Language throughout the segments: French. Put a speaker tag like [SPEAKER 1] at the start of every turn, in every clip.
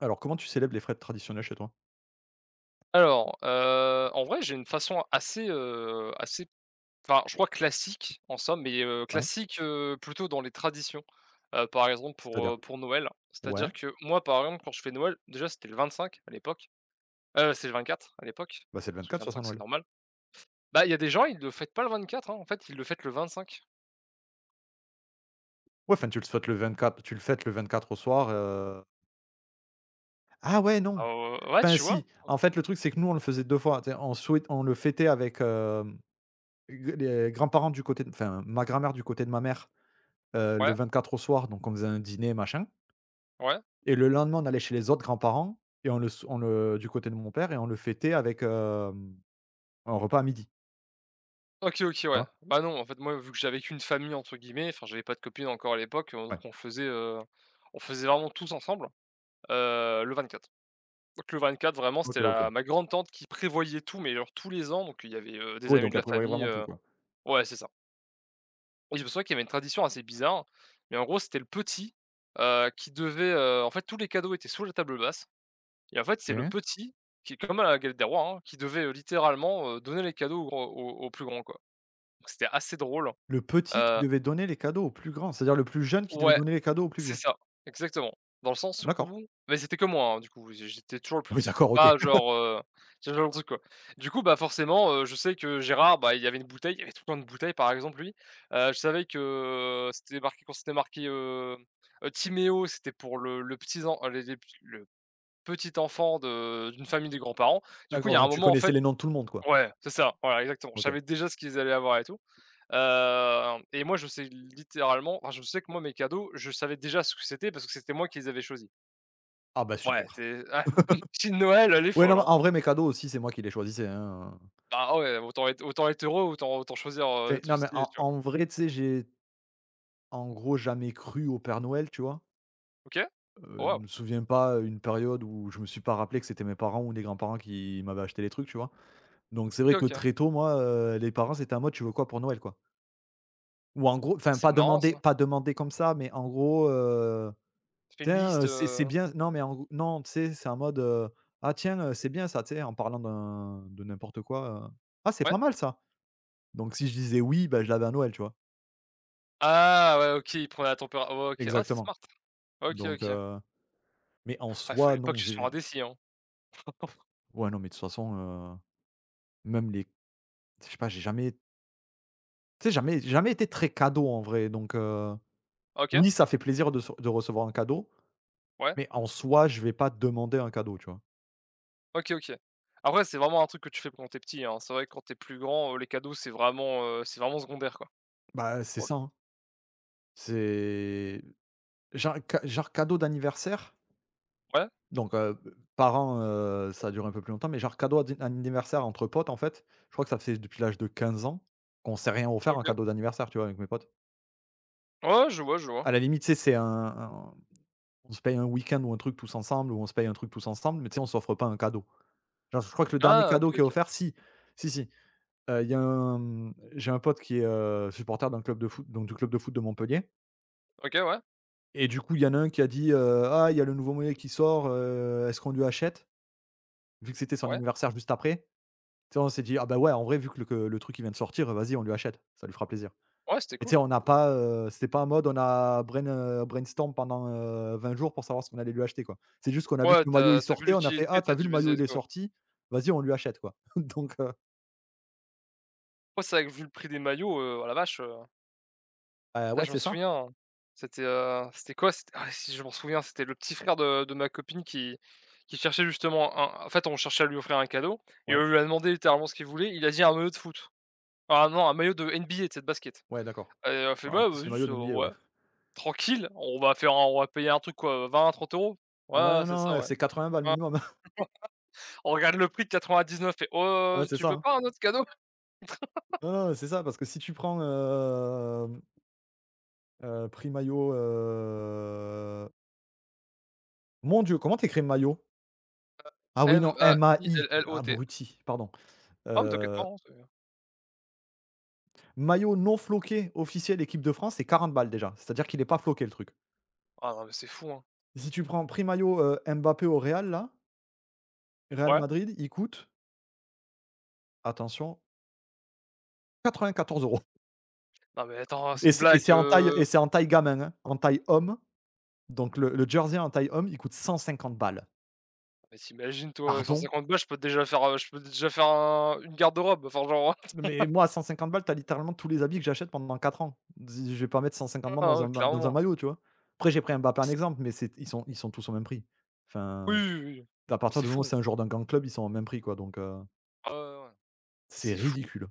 [SPEAKER 1] Alors, comment tu célèbres les fêtes traditionnelles chez toi?
[SPEAKER 2] Alors, en vrai, j'ai une façon assez, enfin, je crois classique en somme, mais,
[SPEAKER 1] Ouais.
[SPEAKER 2] classique, plutôt dans les traditions. Par exemple pour,
[SPEAKER 1] C'est-à-dire?
[SPEAKER 2] heu, pour Noël,
[SPEAKER 1] Ouais.
[SPEAKER 2] c'est-à-dire que moi, par exemple, quand je fais Noël, déjà c'était le 25 à l'époque, c'est le 24 à l'époque,
[SPEAKER 1] Bah, c'est le
[SPEAKER 2] parce que le
[SPEAKER 1] 24 soit, c'est
[SPEAKER 2] 25 c'est
[SPEAKER 1] Noël.
[SPEAKER 2] normal. Bah, il y a des gens, ils le fêtent pas le 24, hein, en fait, ils le fêtent le 25.
[SPEAKER 1] Ouais, enfin, tu le fêtes le 24 tu le fêtes le 24 au soir, ah ouais, non!
[SPEAKER 2] Oh, ouais, ouais,
[SPEAKER 1] Enfin,
[SPEAKER 2] tu vois?
[SPEAKER 1] si, en fait, le truc, c'est que nous, on le faisait 2 fois. Tu on souhait on le fêtait avec, g les grands-parents du côté de enfin, ma grand-mère du côté de ma mère, le
[SPEAKER 2] Ouais,
[SPEAKER 1] 24 au soir, donc on faisait un dîner, machin.
[SPEAKER 2] ouais.
[SPEAKER 1] Et le lendemain, on allait chez les autres grands-parents et on le s on le du côté de mon père et on le fêtait avec, un repas à midi.
[SPEAKER 2] OK, OK,
[SPEAKER 1] Tu
[SPEAKER 2] ouais.
[SPEAKER 1] vois?
[SPEAKER 2] Bah, non, en fait, moi, vu que j'avais qu'une famille entre guillemets, enfin, j'avais pas de copine encore à l'époque, donc
[SPEAKER 1] Ouais.
[SPEAKER 2] on faisait vraiment tous ensemble. Le quatre Donc le 24 vraiment c'était
[SPEAKER 1] OK, OK.
[SPEAKER 2] la ma grande-tante qui prévoyait tout, mais genre tous les ans, donc il y avait, des
[SPEAKER 1] Oui,
[SPEAKER 2] amis
[SPEAKER 1] donc
[SPEAKER 2] de la
[SPEAKER 1] après, ouais,
[SPEAKER 2] famille,
[SPEAKER 1] vraiment tout, quoi.
[SPEAKER 2] ouais, c'est ça. Et je me souviens qu'il y avait une tradition assez bizarre, mais en gros c'était le petit, qui devait, en fait tous les cadeaux étaient sous la table basse, et en fait c'est le
[SPEAKER 1] OK.
[SPEAKER 2] petit qui, comme à la Galette des Rois, hein, qui devait, littéralement, donner les cadeaux au grand au plus grand, quoi. Donc c'était assez drôle.
[SPEAKER 1] Le petit qui
[SPEAKER 2] Heu
[SPEAKER 1] devait donner les cadeaux au plus grand, c'est-à-dire le plus jeune qui devait
[SPEAKER 2] ouais.
[SPEAKER 1] donner les cadeaux au plus
[SPEAKER 2] C'est
[SPEAKER 1] vieux?
[SPEAKER 2] ça, exactement. Dans le sens
[SPEAKER 1] D'accord.
[SPEAKER 2] où Mais c'était que moi, hein, du coup, j'étais toujours le plus
[SPEAKER 1] Oui,
[SPEAKER 2] petit.
[SPEAKER 1] d'accord, OK.
[SPEAKER 2] Pas genre, ce genre de truc, quoi. Du coup, bah, forcément, je sais que Gérard, bah, il y avait une bouteille, il y avait tout plein de bouteilles, par exemple, lui. Je savais que c'était marqué, quand c'était marqué, Timéo, c'était pour le petits en les le petit enfant de d'une famille des grands-parents. Du coup, il
[SPEAKER 1] D'accord,
[SPEAKER 2] y a un
[SPEAKER 1] donc tu
[SPEAKER 2] moment, en
[SPEAKER 1] connaissais
[SPEAKER 2] fait.
[SPEAKER 1] les noms de tout le monde, quoi?
[SPEAKER 2] Ouais, c'est ça, voilà, exactement. Je
[SPEAKER 1] OK.
[SPEAKER 2] savais déjà ce qu'ils allaient avoir et tout. Et moi, je sais littéralement enfin, je sais que moi, mes cadeaux, je savais déjà ce que c'était parce que c'était moi qui les avais choisis.
[SPEAKER 1] Ah bah,
[SPEAKER 2] Ouais,
[SPEAKER 1] super.
[SPEAKER 2] c'est ah, ma petite Noël, elle est
[SPEAKER 1] Ouais, non,
[SPEAKER 2] folle,
[SPEAKER 1] mais
[SPEAKER 2] hein.
[SPEAKER 1] en vrai, mes cadeaux aussi, c'est moi qui les choisissais, hein,
[SPEAKER 2] Ah ouais, autant être heureux, autant choisir, des
[SPEAKER 1] enfin,
[SPEAKER 2] trucs
[SPEAKER 1] non, mais
[SPEAKER 2] stylés,
[SPEAKER 1] en
[SPEAKER 2] tu vois?
[SPEAKER 1] en vrai, tu sais, j'ai, en gros, jamais cru au père Noël, tu vois?
[SPEAKER 2] OK.
[SPEAKER 1] Je
[SPEAKER 2] Wow.
[SPEAKER 1] me souviens pas, une période où je me suis pas rappelé que c'était mes parents ou des grands-parents qui m'avaient acheté les trucs, tu vois? Donc c'est
[SPEAKER 2] OK,
[SPEAKER 1] vrai que
[SPEAKER 2] OK.
[SPEAKER 1] très tôt, moi, les parents, c'était en mode: «Tu veux quoi pour Noël?», quoi? Ou en gros, enfin,
[SPEAKER 2] C'est
[SPEAKER 1] pas
[SPEAKER 2] marrant
[SPEAKER 1] demander
[SPEAKER 2] ça.
[SPEAKER 1] pas demander comme ça, mais en gros.
[SPEAKER 2] Tu fais une
[SPEAKER 1] Tiens,
[SPEAKER 2] liste,
[SPEAKER 1] c'est bien non mais en gros non, tu sais, c'est en mode: «Ah tiens, c'est bien ça», tu sais, en parlant d'un de n'importe quoi: «Ah, c'est
[SPEAKER 2] ouais?
[SPEAKER 1] pas mal ça!». Donc si je disais oui, bah, je l'avais à Noël, tu vois?
[SPEAKER 2] Ah ouais, OK, il prend la tempéra ouais, OK. Ah, c'est
[SPEAKER 1] Exactement,
[SPEAKER 2] smart. OK,
[SPEAKER 1] donc
[SPEAKER 2] OK.
[SPEAKER 1] mais en
[SPEAKER 2] Ah,
[SPEAKER 1] soi,
[SPEAKER 2] fallait pas que
[SPEAKER 1] non,
[SPEAKER 2] tu sois
[SPEAKER 1] j'ai
[SPEAKER 2] indécis, hein.
[SPEAKER 1] ouais, non, mais de toute façon, heu, même les je sais pas, j'ai jamais tu sais, jamais jamais été très cadeau en vrai, donc,
[SPEAKER 2] OK,
[SPEAKER 1] oui, ça fait plaisir de recevoir un cadeau,
[SPEAKER 2] ouais,
[SPEAKER 1] mais en soi, je vais pas demander un cadeau, tu vois?
[SPEAKER 2] OK, OK. Après, c'est vraiment un truc que tu fais quand t'es petit, hein. C'est vrai que quand t'es plus grand, les cadeaux, c'est vraiment secondaire, quoi,
[SPEAKER 1] Bah, c'est
[SPEAKER 2] pour le
[SPEAKER 1] ça,
[SPEAKER 2] coup.
[SPEAKER 1] hein, c'est genre ca genre cadeau d'anniversaire?
[SPEAKER 2] Ouais.
[SPEAKER 1] Donc, par an, ça a duré un peu plus longtemps, mais genre cadeau ad anniversaire entre potes en fait, je crois que ça fait depuis l'âge de 15 ans qu'on s'est rien offert en
[SPEAKER 2] OK.
[SPEAKER 1] cadeau d'anniversaire, tu vois? Avec mes potes.
[SPEAKER 2] Ouais, ouais, je vois, je vois.
[SPEAKER 1] À la limite, tu sais, c'est un on se paye un week-end ou un truc tous ensemble ou on se paye un truc tous ensemble, mais tu sais, on s'offre pas un cadeau. Genre, je crois que le dernier
[SPEAKER 2] Ah OK,
[SPEAKER 1] cadeau qui est
[SPEAKER 2] OK.
[SPEAKER 1] offert si, si, si, il y a un, mmh, j'ai un pote qui est, supporter d'un club de foot, donc du club de foot de Montpellier.
[SPEAKER 2] OK, ouais.
[SPEAKER 1] Et du coup, il y en a un qui a dit, «Ah, il y a le nouveau monnaie qui sort, est-ce qu'on lui achète?», vu que c'était son
[SPEAKER 2] Ouais.
[SPEAKER 1] anniversaire juste après. Tu sais, on s'est dit: «Ah bah ouais, en vrai, vu que le truc il vient de sortir, vas-y, on lui achète, ça lui fera plaisir».
[SPEAKER 2] Ouais, c'était
[SPEAKER 1] Et tu sais,
[SPEAKER 2] cool.
[SPEAKER 1] on n'a pas, c'était pas un mode on a brainstorm pendant, 20 jours pour savoir ce qu'on allait lui acheter, quoi. C'est juste qu'on a vu que
[SPEAKER 2] Ouais,
[SPEAKER 1] le maillot
[SPEAKER 2] t'as
[SPEAKER 1] il
[SPEAKER 2] as vu
[SPEAKER 1] sortait, on a fait:
[SPEAKER 2] l'utilité,
[SPEAKER 1] «Ah,
[SPEAKER 2] t'as
[SPEAKER 1] t'as
[SPEAKER 2] as
[SPEAKER 1] vu
[SPEAKER 2] dit:
[SPEAKER 1] le
[SPEAKER 2] vas,
[SPEAKER 1] maillot, il
[SPEAKER 2] let's
[SPEAKER 1] est
[SPEAKER 2] go».
[SPEAKER 1] sorti, vas-y, on lui achète, quoi». Donc
[SPEAKER 2] Ouais, c'est vrai que vu le prix des maillots, oh la vache, putain,
[SPEAKER 1] ouais,
[SPEAKER 2] je m'en
[SPEAKER 1] c'est ça.
[SPEAKER 2] souviens, c'était quoi? C'était Ah si, je m'en souviens, c'était le petit frère de ma copine qui cherchait justement un en fait, on cherchait à lui offrir un cadeau et
[SPEAKER 1] Ouais,
[SPEAKER 2] on lui a demandé littéralement ce qu'il voulait. Il a dit: «Un maillot de foot». Ah non, un maillot de NBA, tu sais, de basket,
[SPEAKER 1] ouais, d'accord.
[SPEAKER 2] et elle a fait:
[SPEAKER 1] En
[SPEAKER 2] «Bah,
[SPEAKER 1] plus, les
[SPEAKER 2] vas-y,
[SPEAKER 1] maillots,
[SPEAKER 2] ça
[SPEAKER 1] de
[SPEAKER 2] va,
[SPEAKER 1] NBA, ouais.
[SPEAKER 2] ouais, tranquille, on va faire un on va payer un truc quoi, 20-30 euros.
[SPEAKER 1] Ah
[SPEAKER 2] Ouais,
[SPEAKER 1] non,
[SPEAKER 2] c'est
[SPEAKER 1] non,
[SPEAKER 2] ça,
[SPEAKER 1] ouais,
[SPEAKER 2] ouais.
[SPEAKER 1] c'est 80 balles minimum.
[SPEAKER 2] On regarde le prix de neuf et «Oh,
[SPEAKER 1] Ouais, c'est
[SPEAKER 2] tu
[SPEAKER 1] ça,
[SPEAKER 2] veux
[SPEAKER 1] hein.
[SPEAKER 2] pas un autre cadeau?»
[SPEAKER 1] Non, non, c'est ça, parce que si tu prends, prix maillot, mon Dieu, comment t'écris maillot? Ah oui, non, MAI,
[SPEAKER 2] Maillot.
[SPEAKER 1] abruti, pardon.
[SPEAKER 2] Ah, mais t'inquiète pas,
[SPEAKER 1] Heu,
[SPEAKER 2] hein, c'est
[SPEAKER 1] maillot non floqué officiel équipe de France, c'est 40 balles déjà. C'est-à-dire qu'il est pas floqué le truc.
[SPEAKER 2] ah non, mais c'est fou, hein.
[SPEAKER 1] Si tu prends prix maillot, Mbappé au Real là, Real
[SPEAKER 2] Ouais?
[SPEAKER 1] Madrid, il coûte, attention, 94 €
[SPEAKER 2] Non, mais attends, c'est une blague,
[SPEAKER 1] et c'est en taille gamin, hein, en taille homme, donc le jersey en taille homme, il coûte 150 balles.
[SPEAKER 2] mais t'imagines toi cent
[SPEAKER 1] Pardon?
[SPEAKER 2] cinquante balles, je peux déjà faire, un une garde-robe, enfin genre.
[SPEAKER 1] Mais moi, à 150 balles, tu as littéralement tous les habits que j'achète pendant 4 ans. Z je vais pas mettre 150
[SPEAKER 2] Hein,
[SPEAKER 1] balles dans
[SPEAKER 2] hein,
[SPEAKER 1] un ma dans un
[SPEAKER 2] clairement.
[SPEAKER 1] maillot, tu vois? Après, j'ai pris Mbappé en
[SPEAKER 2] C'est
[SPEAKER 1] exemple, mais c'est ils sont tous au même prix.
[SPEAKER 2] Oui,
[SPEAKER 1] Enfin,
[SPEAKER 2] oui, oui,
[SPEAKER 1] à
[SPEAKER 2] mais
[SPEAKER 1] partir
[SPEAKER 2] c'est
[SPEAKER 1] du moment où
[SPEAKER 2] fou.
[SPEAKER 1] c'est un joueur d'un grand club, ils sont au même prix, quoi, donc
[SPEAKER 2] Ah ouais, ouais, ouais,
[SPEAKER 1] c'est
[SPEAKER 2] c'est fou.
[SPEAKER 1] ridicule.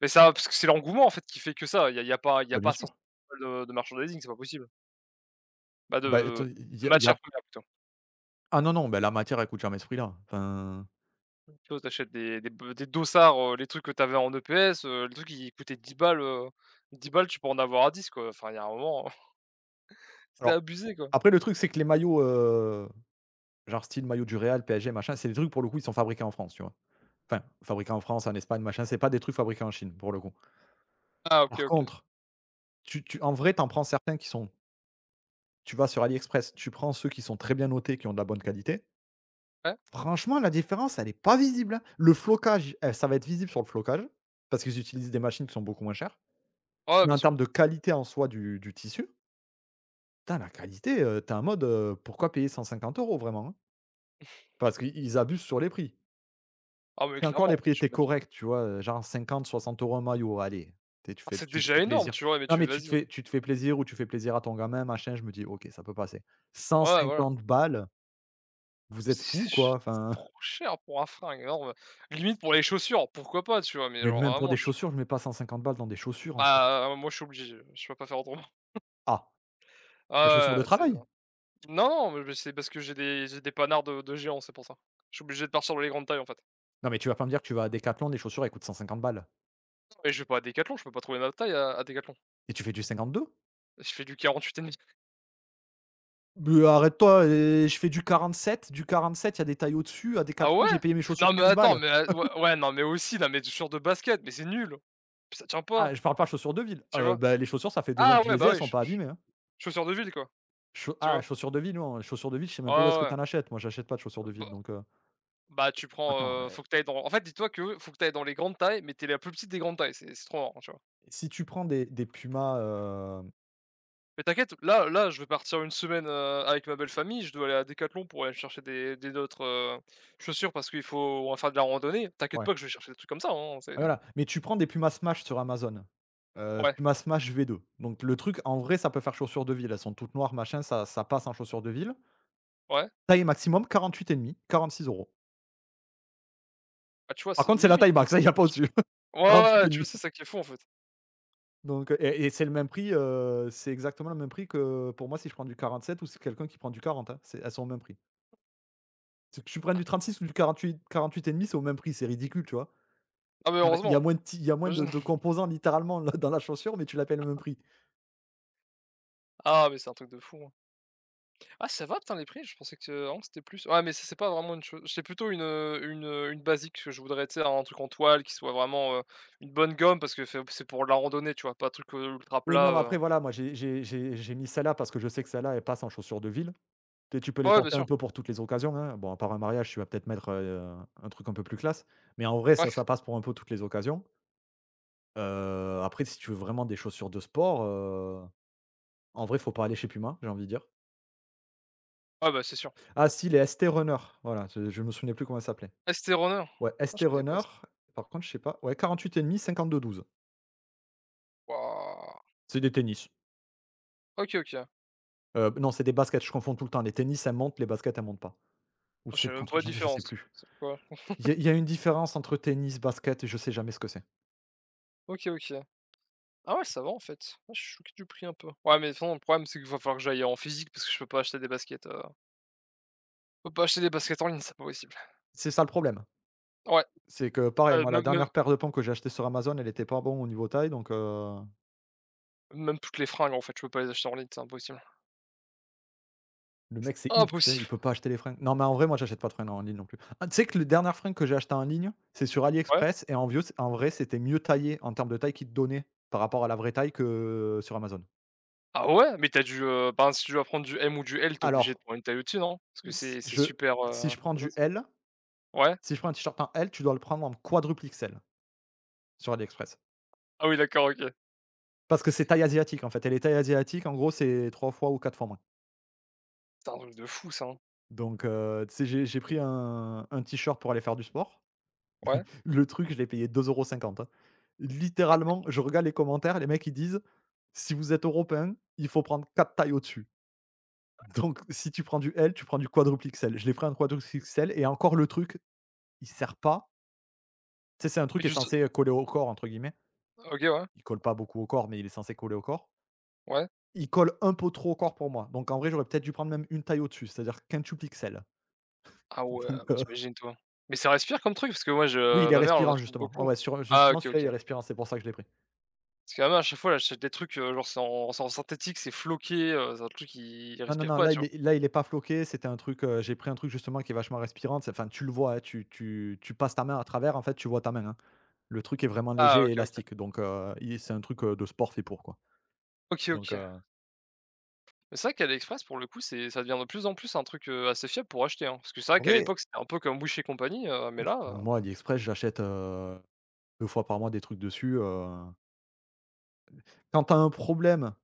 [SPEAKER 2] Mais ça parce que c'est l'engouement en fait qui fait que ça, il y a y a pas il y a
[SPEAKER 1] Bah, bien
[SPEAKER 2] pas
[SPEAKER 1] sûr.
[SPEAKER 2] 150 balles de merchandising, c'est pas possible. Bah de
[SPEAKER 1] Bah, te il
[SPEAKER 2] de
[SPEAKER 1] y a
[SPEAKER 2] matières premières plutôt.
[SPEAKER 1] ah non, non, bah, la matière, elle coûte jamais ce prix-là. Enfin,
[SPEAKER 2] Tu vois, tu achètes des dossards, les trucs que tu avais en EPS, le truc qui coûtait 10 balles, 10 balles, tu peux en avoir à 10 quoi. Enfin, il y a un moment, c'était
[SPEAKER 1] alors
[SPEAKER 2] abusé quoi.
[SPEAKER 1] après, le truc, c'est que les maillots, genre style maillot du Real, PSG, machin, c'est des trucs, pour le coup, ils sont fabriqués en France, tu vois? Enfin, fabriqués en France, en Espagne, machin, c'est pas des trucs fabriqués en Chine, pour le coup.
[SPEAKER 2] Ah OK,
[SPEAKER 1] Par
[SPEAKER 2] OK.
[SPEAKER 1] contre, tu en vrai, t'en prends certains qui sont. Tu vas sur AliExpress, tu prends ceux qui sont très bien notés, qui ont de la bonne qualité.
[SPEAKER 2] Ouais,
[SPEAKER 1] Franchement, la différence, elle est pas visible, hein. Le flocage, ça va être visible sur le flocage, parce qu'ils utilisent des machines qui sont beaucoup moins chères.
[SPEAKER 2] ouais,
[SPEAKER 1] Mais
[SPEAKER 2] bien
[SPEAKER 1] en
[SPEAKER 2] sûr.
[SPEAKER 1] termes de qualité en soi du tissu, putain la qualité, tu en mode, pourquoi payer 150 € vraiment, hein? Parce qu'ils abusent sur les prix.
[SPEAKER 2] Ah mais
[SPEAKER 1] Si encore les
[SPEAKER 2] clairement,
[SPEAKER 1] prix
[SPEAKER 2] tu
[SPEAKER 1] étaient
[SPEAKER 2] imagines.
[SPEAKER 1] corrects, tu vois, genre 50-60 € un maillot, allez, T'es tu
[SPEAKER 2] Ah
[SPEAKER 1] fais
[SPEAKER 2] c'est
[SPEAKER 1] tu te
[SPEAKER 2] déjà
[SPEAKER 1] fais
[SPEAKER 2] énorme,
[SPEAKER 1] plaisir.
[SPEAKER 2] tu vois? Mais
[SPEAKER 1] Non,
[SPEAKER 2] tu
[SPEAKER 1] mais tu te
[SPEAKER 2] vas-y.
[SPEAKER 1] fais tu te fais plaisir ou tu fais plaisir à ton gamin, machin, je me dis: «OK, ça peut passer».
[SPEAKER 2] Ouais, voilà.
[SPEAKER 1] 150 balles, vous êtes
[SPEAKER 2] C'est c'est
[SPEAKER 1] fous
[SPEAKER 2] ch
[SPEAKER 1] quoi,
[SPEAKER 2] c'est
[SPEAKER 1] enfin hein?
[SPEAKER 2] trop cher pour un fringue, énorme. Limite pour les chaussures, pourquoi pas, tu vois? Mais
[SPEAKER 1] Mais
[SPEAKER 2] genre
[SPEAKER 1] même pour
[SPEAKER 2] vraiment
[SPEAKER 1] des
[SPEAKER 2] je
[SPEAKER 1] chaussures, je mets pas 150 balles dans des chaussures, en fait.
[SPEAKER 2] bah, moi je suis obligé, je peux pas faire autrement.
[SPEAKER 1] Ah, des chaussures
[SPEAKER 2] Ah ouais,
[SPEAKER 1] de
[SPEAKER 2] ouais, tu
[SPEAKER 1] travail?
[SPEAKER 2] non, mais c'est parce que j'ai des panards de géants, c'est pour ça. Je suis obligé de partir dans les grandes tailles en fait.
[SPEAKER 1] Non, mais tu vas pas me dire que tu vas à Decathlon les chaussures, elles coûtent 150 balles
[SPEAKER 2] Mais je vais pas à Decathlon, je peux pas trouver ma taille à Decathlon.
[SPEAKER 1] et tu fais du 52?
[SPEAKER 2] Je fais du 48,5.
[SPEAKER 1] Mais arrête-toi et je fais du 47, du 47, il y a des tailles au-dessus. À
[SPEAKER 2] Ah ouais?
[SPEAKER 1] Decathlon j'ai payé mes
[SPEAKER 2] Non
[SPEAKER 1] chaussures
[SPEAKER 2] mais
[SPEAKER 1] 15
[SPEAKER 2] attends,
[SPEAKER 1] balles.
[SPEAKER 2] mais ouais ouais, non mais aussi, non mais des chaussures de basket, mais c'est nul! Ça tient pas,
[SPEAKER 1] Ah, je parle pas chaussures de ville.
[SPEAKER 2] tu
[SPEAKER 1] Heu,
[SPEAKER 2] vois?
[SPEAKER 1] bah, les chaussures, ça fait 2 ans
[SPEAKER 2] Ah
[SPEAKER 1] que je
[SPEAKER 2] ouais,
[SPEAKER 1] les ai,
[SPEAKER 2] bah
[SPEAKER 1] elles
[SPEAKER 2] oui,
[SPEAKER 1] sont
[SPEAKER 2] ch
[SPEAKER 1] pas
[SPEAKER 2] ch
[SPEAKER 1] abîmées, hein.
[SPEAKER 2] chaussures de ville quoi,
[SPEAKER 1] Chau
[SPEAKER 2] tu
[SPEAKER 1] ah,
[SPEAKER 2] vois?
[SPEAKER 1] chaussures de ville, non, chaussures de ville, je sais
[SPEAKER 2] Ouais,
[SPEAKER 1] même pas où est-ce
[SPEAKER 2] ouais,
[SPEAKER 1] que
[SPEAKER 2] ouais.
[SPEAKER 1] tu en achètes. Moi, j'achète pas de chaussures de
[SPEAKER 2] Bah
[SPEAKER 1] ville, donc
[SPEAKER 2] bah
[SPEAKER 1] attends,
[SPEAKER 2] faut que t'ailles dans, en fait, dis-toi que faut que t'ailles dans les grandes tailles, mais t'es la plus petite des grandes tailles, c'est trop marrant, tu vois?
[SPEAKER 1] si tu prends des Puma,
[SPEAKER 2] Mais t'inquiète, là là, je vais partir une semaine, avec ma belle famille, je dois aller à Decathlon pour aller chercher des autres, chaussures parce qu'il faut on va faire de la randonnée. T'inquiète
[SPEAKER 1] ouais.
[SPEAKER 2] pas que je vais chercher des trucs comme ça, hein, c'est
[SPEAKER 1] Ah voilà, mais tu prends des Puma Smash sur Amazon,
[SPEAKER 2] ouais,
[SPEAKER 1] Puma Smash V2, donc le truc, en vrai, ça peut faire chaussures de ville. Elles sont toutes noires, machin, ça passe en chaussures de ville.
[SPEAKER 2] ouais.
[SPEAKER 1] Taille maximum 48,5, 46 €.
[SPEAKER 2] Ah, tu vois,
[SPEAKER 1] Par
[SPEAKER 2] c'est
[SPEAKER 1] contre, c'est la
[SPEAKER 2] limite,
[SPEAKER 1] taille
[SPEAKER 2] hein.
[SPEAKER 1] max, hein, il y
[SPEAKER 2] La
[SPEAKER 1] a pas
[SPEAKER 2] vache.
[SPEAKER 1] au-dessus.
[SPEAKER 2] Ouais, ouais, ouais, tu vois, c'est
[SPEAKER 1] 48,5,
[SPEAKER 2] ça qui est fou, en fait.
[SPEAKER 1] donc et c'est le même prix, c'est exactement le même prix que pour moi si je prends du 47 ou si quelqu'un qui prend du 40, hein, c'est elles sont au même prix. C'est que tu prends du 36 ou du quarante quarante huit huit et demi, c'est au même prix, c'est ridicule, tu vois?
[SPEAKER 2] Ah, mais
[SPEAKER 1] Genre,
[SPEAKER 2] heureusement,
[SPEAKER 1] il y a moins de
[SPEAKER 2] imagine.
[SPEAKER 1] de composants littéralement là dans la chaussure, mais tu l'appelles payes le même prix.
[SPEAKER 2] Ah, mais c'est un truc de fou, hein. Ah, ça va, putain, les prix? Je pensais que vraiment c'était plus ouais, mais ça, c'est pas vraiment une chose, c'est plutôt une basique que je voudrais, tu sais, un truc en toile qui soit vraiment, une bonne gomme parce que c'est pour la randonnée, tu vois? Pas un truc, ultra
[SPEAKER 1] Oui,
[SPEAKER 2] plat,
[SPEAKER 1] non, mais après, voilà, moi, j'ai mis celle-là parce que je sais que celle-là, elle passe en chaussures de ville. Tu sais, tu peux
[SPEAKER 2] ouais,
[SPEAKER 1] les
[SPEAKER 2] ouais, bien
[SPEAKER 1] porter un
[SPEAKER 2] sûr.
[SPEAKER 1] peu pour toutes les occasions, hein. Bon, à part un mariage, tu vas peut-être mettre, un truc un peu plus classe, mais en vrai,
[SPEAKER 2] Ouais,
[SPEAKER 1] ça passe pour un peu toutes les occasions. Après, si tu veux vraiment des chaussures de sport, en vrai, faut pas aller chez Puma, j'ai envie de dire.
[SPEAKER 2] ouais, bah, c'est sûr.
[SPEAKER 1] Ah si, les ST Runner, voilà, je me souvenais plus comment ça s'appelait.
[SPEAKER 2] Ah, c'était runner?
[SPEAKER 1] Ouais,
[SPEAKER 2] Ah, je
[SPEAKER 1] ST
[SPEAKER 2] connais pas
[SPEAKER 1] Runner,
[SPEAKER 2] ça.
[SPEAKER 1] par contre, je sais pas, ouais, 48,5, cinquante deux douze.
[SPEAKER 2] Waouh!
[SPEAKER 1] C'est des tennis.
[SPEAKER 2] OK, OK.
[SPEAKER 1] Non, c'est des baskets, je confonds tout le temps. Les tennis, elles montent, les baskets, elles montent pas. Ou
[SPEAKER 2] Ah, je
[SPEAKER 1] c'est
[SPEAKER 2] sais
[SPEAKER 1] le
[SPEAKER 2] même pas
[SPEAKER 1] contraire,
[SPEAKER 2] la
[SPEAKER 1] je sais
[SPEAKER 2] différence.
[SPEAKER 1] plus.
[SPEAKER 2] C'est quoi?
[SPEAKER 1] Il y a une différence entre tennis, basket, et je sais jamais ce que c'est.
[SPEAKER 2] OK, OK. Ah ouais, ça va en fait. Ah, je suis choqué du prix un peu. Ouais, mais de toute façon, le problème, c'est qu'il va falloir que j'aille en physique parce que je peux pas acheter des baskets. Je peux pas acheter des baskets en ligne, c'est pas possible.
[SPEAKER 1] C'est ça le problème.
[SPEAKER 2] Ouais,
[SPEAKER 1] C'est que pareil,
[SPEAKER 2] euh,
[SPEAKER 1] moi la
[SPEAKER 2] même, même,
[SPEAKER 1] dernière paire de pompes que j'ai achetée sur Amazon, elle était pas bon au niveau taille, donc.
[SPEAKER 2] même toutes les fringues en fait, je peux pas les acheter en ligne, c'est impossible.
[SPEAKER 1] Le mec c'est
[SPEAKER 2] Impossible.
[SPEAKER 1] Hulk, tu sais, il peut pas acheter les fringues. Non mais en vrai, moi j'achète pas de fringues en ligne non plus. Ah, tu sais que les dernières fringues que j'ai achetées en ligne, c'est sur
[SPEAKER 2] Ouais.
[SPEAKER 1] AliExpress et en vieux en vrai, c'était mieux taillé en termes de taille qu'ils te donnaient par rapport à la vraie taille que sur Amazon.
[SPEAKER 2] Ah ouais, mais t'as dû. Ben, si tu dois prendre du M ou du L, t'es obligé de
[SPEAKER 1] Alors,
[SPEAKER 2] prendre une taille au-dessus, non? Parce que
[SPEAKER 1] s
[SPEAKER 2] c'est
[SPEAKER 1] je
[SPEAKER 2] super,
[SPEAKER 1] si je prends
[SPEAKER 2] de
[SPEAKER 1] du
[SPEAKER 2] base.
[SPEAKER 1] L,
[SPEAKER 2] Ouais.
[SPEAKER 1] si je prends un t-shirt en L, tu dois le prendre en quadruple XL sur AliExpress.
[SPEAKER 2] Ah oui, d'accord, ok.
[SPEAKER 1] Parce que c'est taille asiatique, en fait, et les tailles asiatiques, en gros, c'est 3 fois ou 4 fois moins.
[SPEAKER 2] C'est un truc de fou ça, hein.
[SPEAKER 1] Tu sais, j'ai pris un t-shirt pour aller faire du sport.
[SPEAKER 2] Ouais.
[SPEAKER 1] Le truc, je l'ai payé 2,50 €, hein. Littéralement, je regarde les commentaires, les mecs, ils disent: «Si vous êtes européen, il faut prendre 4 tailles au-dessus. Donc si tu prends du L, tu prends du quadruple XL». Je l'ai pris un quadruple XL et encore le truc, il sert pas. Tu sais, c'est un truc
[SPEAKER 2] Et
[SPEAKER 1] qui est
[SPEAKER 2] tu sais-
[SPEAKER 1] censé coller au corps, entre guillemets.
[SPEAKER 2] Ok, ouais.
[SPEAKER 1] Il colle pas beaucoup au corps, mais il est censé coller au corps.
[SPEAKER 2] Ouais.
[SPEAKER 1] Il colle un peu trop au corps pour moi. Donc en vrai, j'aurais peut-être dû prendre même une taille au-dessus, c'est-à-dire quintuplexel.
[SPEAKER 2] Ah ouais,
[SPEAKER 1] Donc
[SPEAKER 2] mais
[SPEAKER 1] heu,
[SPEAKER 2] t'imagines toi. Mais ça respire comme truc parce que moi,
[SPEAKER 1] oui, il est
[SPEAKER 2] ma mère, elle en
[SPEAKER 1] respirant
[SPEAKER 2] achète
[SPEAKER 1] justement. Ouais,
[SPEAKER 2] beaucoup.
[SPEAKER 1] ouais, sur
[SPEAKER 2] Ah
[SPEAKER 1] justement
[SPEAKER 2] ok,
[SPEAKER 1] celui-là, il
[SPEAKER 2] ok.
[SPEAKER 1] est respirant, c'est pour ça que je l'ai pris.
[SPEAKER 2] Parce que là, moi, à chaque fois, j'achète des trucs, genre c'est en synthétique, c'est floqué, c'est un truc qui il
[SPEAKER 1] Non, non,
[SPEAKER 2] respire
[SPEAKER 1] non,
[SPEAKER 2] pas, tu vois?
[SPEAKER 1] là il est pas floqué, c'était un truc, j'ai pris un truc justement qui est vachement respirant, c'est enfin tu le vois, hein, tu passes ta main à travers, en fait, tu vois ta main, hein. Le truc est vraiment léger
[SPEAKER 2] Ah
[SPEAKER 1] et
[SPEAKER 2] OK, OK.
[SPEAKER 1] élastique, il c'est un truc, de sport fait pour, quoi.
[SPEAKER 2] OK,
[SPEAKER 1] Donc
[SPEAKER 2] OK.
[SPEAKER 1] heu,
[SPEAKER 2] Mais c'est vrai qu'AliExpress pour le coup, c'est ça devient de plus en plus un truc, assez fiable pour acheter, hein. Parce que c'est
[SPEAKER 1] en
[SPEAKER 2] vrai qu'à
[SPEAKER 1] vrai,
[SPEAKER 2] l'époque, c'était un peu comme Wish et compagnie, mais là,
[SPEAKER 1] moi AliExpress, j'achète 2 fois par mois des trucs dessus. Quand t'as un problème.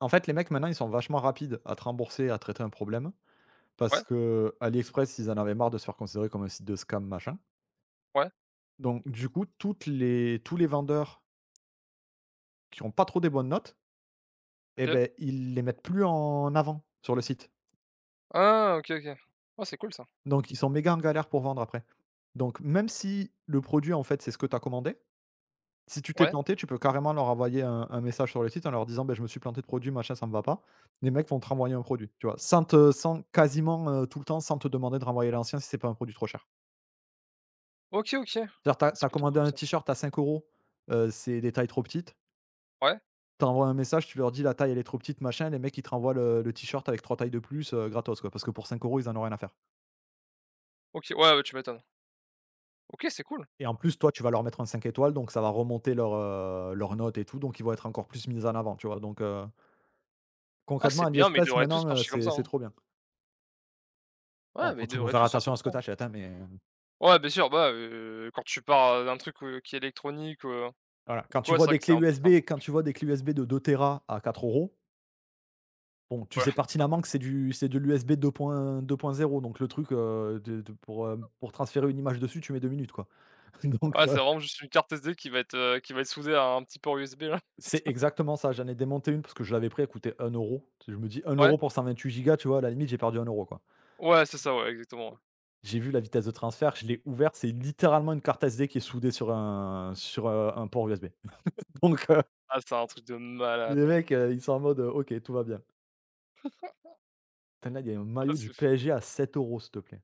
[SPEAKER 1] En fait, les mecs, maintenant, ils sont vachement rapides à te rembourser, à traiter un problème parce
[SPEAKER 2] ouais,
[SPEAKER 1] que AliExpress ils en avaient marre de se faire considérer comme un site de scam, machin.
[SPEAKER 2] ouais,
[SPEAKER 1] Donc du coup, toutes les tous les vendeurs qui ont pas trop des bonnes notes, eh
[SPEAKER 2] OK.
[SPEAKER 1] ben ils les mettent plus en avant sur le site.
[SPEAKER 2] Ah OK, OK. Oh, c'est cool ça.
[SPEAKER 1] Donc ils sont méga en galère pour vendre après. Donc même si le produit, en fait, c'est ce que tu as commandé, si tu t'es
[SPEAKER 2] Ouais.
[SPEAKER 1] planté, tu peux carrément leur envoyer un message sur le site en leur disant: «ben je me suis planté de produit, machin, ça me va pas». Les mecs vont te renvoyer un produit, tu vois? Sans quasiment, tout le temps, sans te demander de renvoyer l'ancien si c'est pas un produit trop cher.
[SPEAKER 2] OK, OK. Ah,
[SPEAKER 1] C'est-à-dire,
[SPEAKER 2] c'est
[SPEAKER 1] tu as
[SPEAKER 2] plutôt
[SPEAKER 1] commandé
[SPEAKER 2] cool
[SPEAKER 1] un
[SPEAKER 2] ça.
[SPEAKER 1] t-shirt à 5 euros, c'est des tailles trop petites.
[SPEAKER 2] Ouais.
[SPEAKER 1] Tu envoies un message, tu leur dis: «La taille, elle est trop petite, machin», les mecs, ils te renvoient le t-shirt avec 3 tailles de plus, gratos, quoi, parce que pour 5 euros ils en ont rien à faire.
[SPEAKER 2] OK. Ouais, ouais, tu m'étonnes. OK, c'est cool.
[SPEAKER 1] Et en plus, toi, tu vas leur mettre un 5 étoiles, donc ça va remonter leur note et tout, donc ils vont être encore plus mis en avant, tu vois?
[SPEAKER 2] Ah,
[SPEAKER 1] Concrètement,
[SPEAKER 2] c'est bien, mais ils
[SPEAKER 1] AliExpress
[SPEAKER 2] devraient tous
[SPEAKER 1] maintenant,
[SPEAKER 2] marcher comme ça,
[SPEAKER 1] c'est
[SPEAKER 2] hein.
[SPEAKER 1] trop bien.
[SPEAKER 2] Ouais,
[SPEAKER 1] Bon,
[SPEAKER 2] mais
[SPEAKER 1] faut
[SPEAKER 2] ils
[SPEAKER 1] toujours
[SPEAKER 2] devraient
[SPEAKER 1] faire
[SPEAKER 2] tous faire
[SPEAKER 1] attention
[SPEAKER 2] comme
[SPEAKER 1] à ce que
[SPEAKER 2] ça,
[SPEAKER 1] tu
[SPEAKER 2] hein.
[SPEAKER 1] achètes, hein,
[SPEAKER 2] Ouais, bien sûr, bah, quand tu pars, d'un truc, qui est électronique, ou
[SPEAKER 1] voilà. Quand
[SPEAKER 2] quoi,
[SPEAKER 1] tu
[SPEAKER 2] c'est vrai
[SPEAKER 1] vois
[SPEAKER 2] que c'est un
[SPEAKER 1] des
[SPEAKER 2] peu
[SPEAKER 1] clés
[SPEAKER 2] c'est
[SPEAKER 1] USB
[SPEAKER 2] un peu
[SPEAKER 1] Quand
[SPEAKER 2] compliqué.
[SPEAKER 1] tu vois des clés USB de 2 To à 4 euros, bon, tu
[SPEAKER 2] Ouais.
[SPEAKER 1] sais pertinemment que c'est de l'USB zéro, donc le truc, pour transférer une image dessus, tu mets 2 minutes, quoi. Donc,
[SPEAKER 2] Ouais,
[SPEAKER 1] heu,
[SPEAKER 2] c'est vraiment juste une carte SD qui va être soudée à un petit port USB là.
[SPEAKER 1] c'est exactement ça. J'en ai démonté une parce que je l'avais pris, elle coûtait un euro. Je me dis un
[SPEAKER 2] Ouais.
[SPEAKER 1] euro pour 128 Go, tu vois? À la limite, j'ai perdu un euro quoi.
[SPEAKER 2] Ouais, c'est ça, ouais, exactement, ouais.
[SPEAKER 1] J'ai vu la vitesse de transfert, je l'ai ouvert, c'est littéralement une carte SD qui est soudée sur un port USB. Donc, heu,
[SPEAKER 2] Ah, c'est un truc de malade,
[SPEAKER 1] les
[SPEAKER 2] hein.
[SPEAKER 1] mecs, ils sont en mode: «OK, tout va bien». Putain, là, il y a un
[SPEAKER 2] Ah,
[SPEAKER 1] maillot du
[SPEAKER 2] c'est fou.
[SPEAKER 1] PSG à 7 euros, s'il te plaît.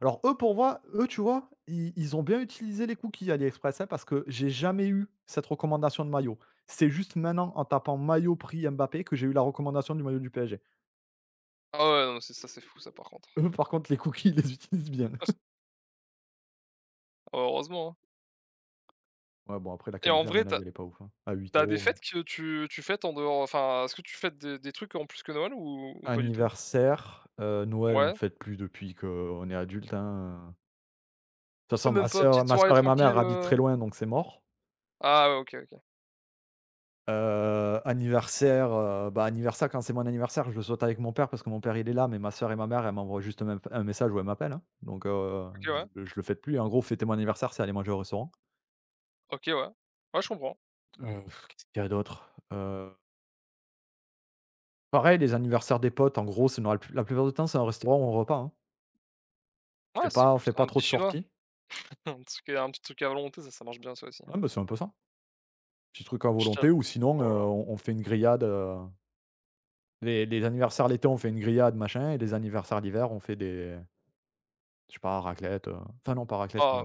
[SPEAKER 1] Alors eux, pour moi, eux, tu vois, ils ont bien utilisé les cookies AliExpress, hein, parce que j'ai jamais eu cette recommandation de maillot. C'est juste maintenant, en tapant maillot prix Mbappé, que j'ai eu la recommandation du maillot du PSG.
[SPEAKER 2] Ah ouais, non, mais c'est ça, c'est fou ça par contre.
[SPEAKER 1] Eux, par contre, les cookies, ils les utilisent bien.
[SPEAKER 2] Ah, heureusement, hein.
[SPEAKER 1] Ouais, bon, après, la
[SPEAKER 2] Et en
[SPEAKER 1] qualité, à
[SPEAKER 2] vrai,
[SPEAKER 1] mon
[SPEAKER 2] tu
[SPEAKER 1] avis,
[SPEAKER 2] as
[SPEAKER 1] elle est pas ouf, hein, à
[SPEAKER 2] tu
[SPEAKER 1] 8
[SPEAKER 2] as des
[SPEAKER 1] euros.
[SPEAKER 2] fêtes que tu fêtes en dehors, enfin, est-ce que tu fêtes des trucs en plus que Noël, ou pas du tout?
[SPEAKER 1] Anniversaire, Noël, on ne
[SPEAKER 2] Ouais?
[SPEAKER 1] fête plus depuis qu'on est adulte, hein. De toute
[SPEAKER 2] Ah,
[SPEAKER 1] façon,
[SPEAKER 2] même pas? Petite
[SPEAKER 1] ma
[SPEAKER 2] soirée
[SPEAKER 1] sœur et ma
[SPEAKER 2] tranquille,
[SPEAKER 1] mère habitent très loin, donc c'est mort.
[SPEAKER 2] Ah ouais, OK, OK.
[SPEAKER 1] Anniversaire, anniversaire quand c'est mon anniversaire, je le souhaite avec mon père parce que mon père, il est là, mais ma sœur et ma mère, elles m'envoient juste un message où elles m'appellent, hein,
[SPEAKER 2] OK,
[SPEAKER 1] je
[SPEAKER 2] ouais.
[SPEAKER 1] je le fais plus. En gros, fêter mon anniversaire, c'est aller manger au restaurant.
[SPEAKER 2] OK, ouais. Ouais, je comprends.
[SPEAKER 1] Qu'est-ce qu'il y a d'autre, pareil, les anniversaires des potes, en gros, c'est normal la plupart du temps, c'est un restaurant ou un repas, hein.
[SPEAKER 2] Ouais, c'est
[SPEAKER 1] On
[SPEAKER 2] cool
[SPEAKER 1] fait
[SPEAKER 2] ça.
[SPEAKER 1] pas
[SPEAKER 2] Un
[SPEAKER 1] trop
[SPEAKER 2] petit
[SPEAKER 1] de
[SPEAKER 2] chinois,
[SPEAKER 1] sorties.
[SPEAKER 2] un petit truc à volonté, ça marche bien ça aussi.
[SPEAKER 1] Ouais, bah, c'est un peu ça. Petit truc à
[SPEAKER 2] Je te
[SPEAKER 1] volonté ou sinon,
[SPEAKER 2] Oh là là.
[SPEAKER 1] on fait une grillade, les anniversaires l'été, on fait une grillade, machin, et les anniversaires l'hiver, on fait des, je sais pas, raclette, enfin non, pas raclette.
[SPEAKER 2] Ah,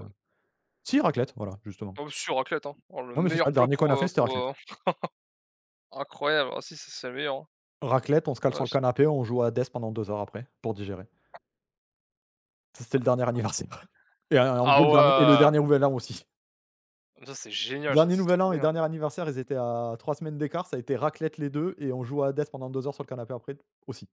[SPEAKER 1] Si, raclette, voilà, justement.
[SPEAKER 2] oh si, raclette, hein. Oh le
[SPEAKER 1] Non, mais c'est ça,
[SPEAKER 2] meilleur
[SPEAKER 1] le
[SPEAKER 2] plat
[SPEAKER 1] dernier qu'on
[SPEAKER 2] pour,
[SPEAKER 1] a fait, c'était raclette.
[SPEAKER 2] incroyable. Ah si, ça c'est le meilleur, hein.
[SPEAKER 1] Raclette, on se cale
[SPEAKER 2] Ah
[SPEAKER 1] sur le
[SPEAKER 2] vache.
[SPEAKER 1] canapé, on joue à Death pendant 2 heures après, pour digérer. Ça, c'était le dernier anniversaire et en
[SPEAKER 2] Ah
[SPEAKER 1] gros, le
[SPEAKER 2] ouais!
[SPEAKER 1] dernier nouvel an aussi.
[SPEAKER 2] Ça c'est génial, ça,
[SPEAKER 1] Dernier
[SPEAKER 2] c'est
[SPEAKER 1] nouvel
[SPEAKER 2] trop
[SPEAKER 1] an et
[SPEAKER 2] bien.
[SPEAKER 1] dernier anniversaire, ils étaient à 3 semaines d'écart, ça a été raclette les 2 et on joue à Death pendant 2 heures sur le canapé après, aussi.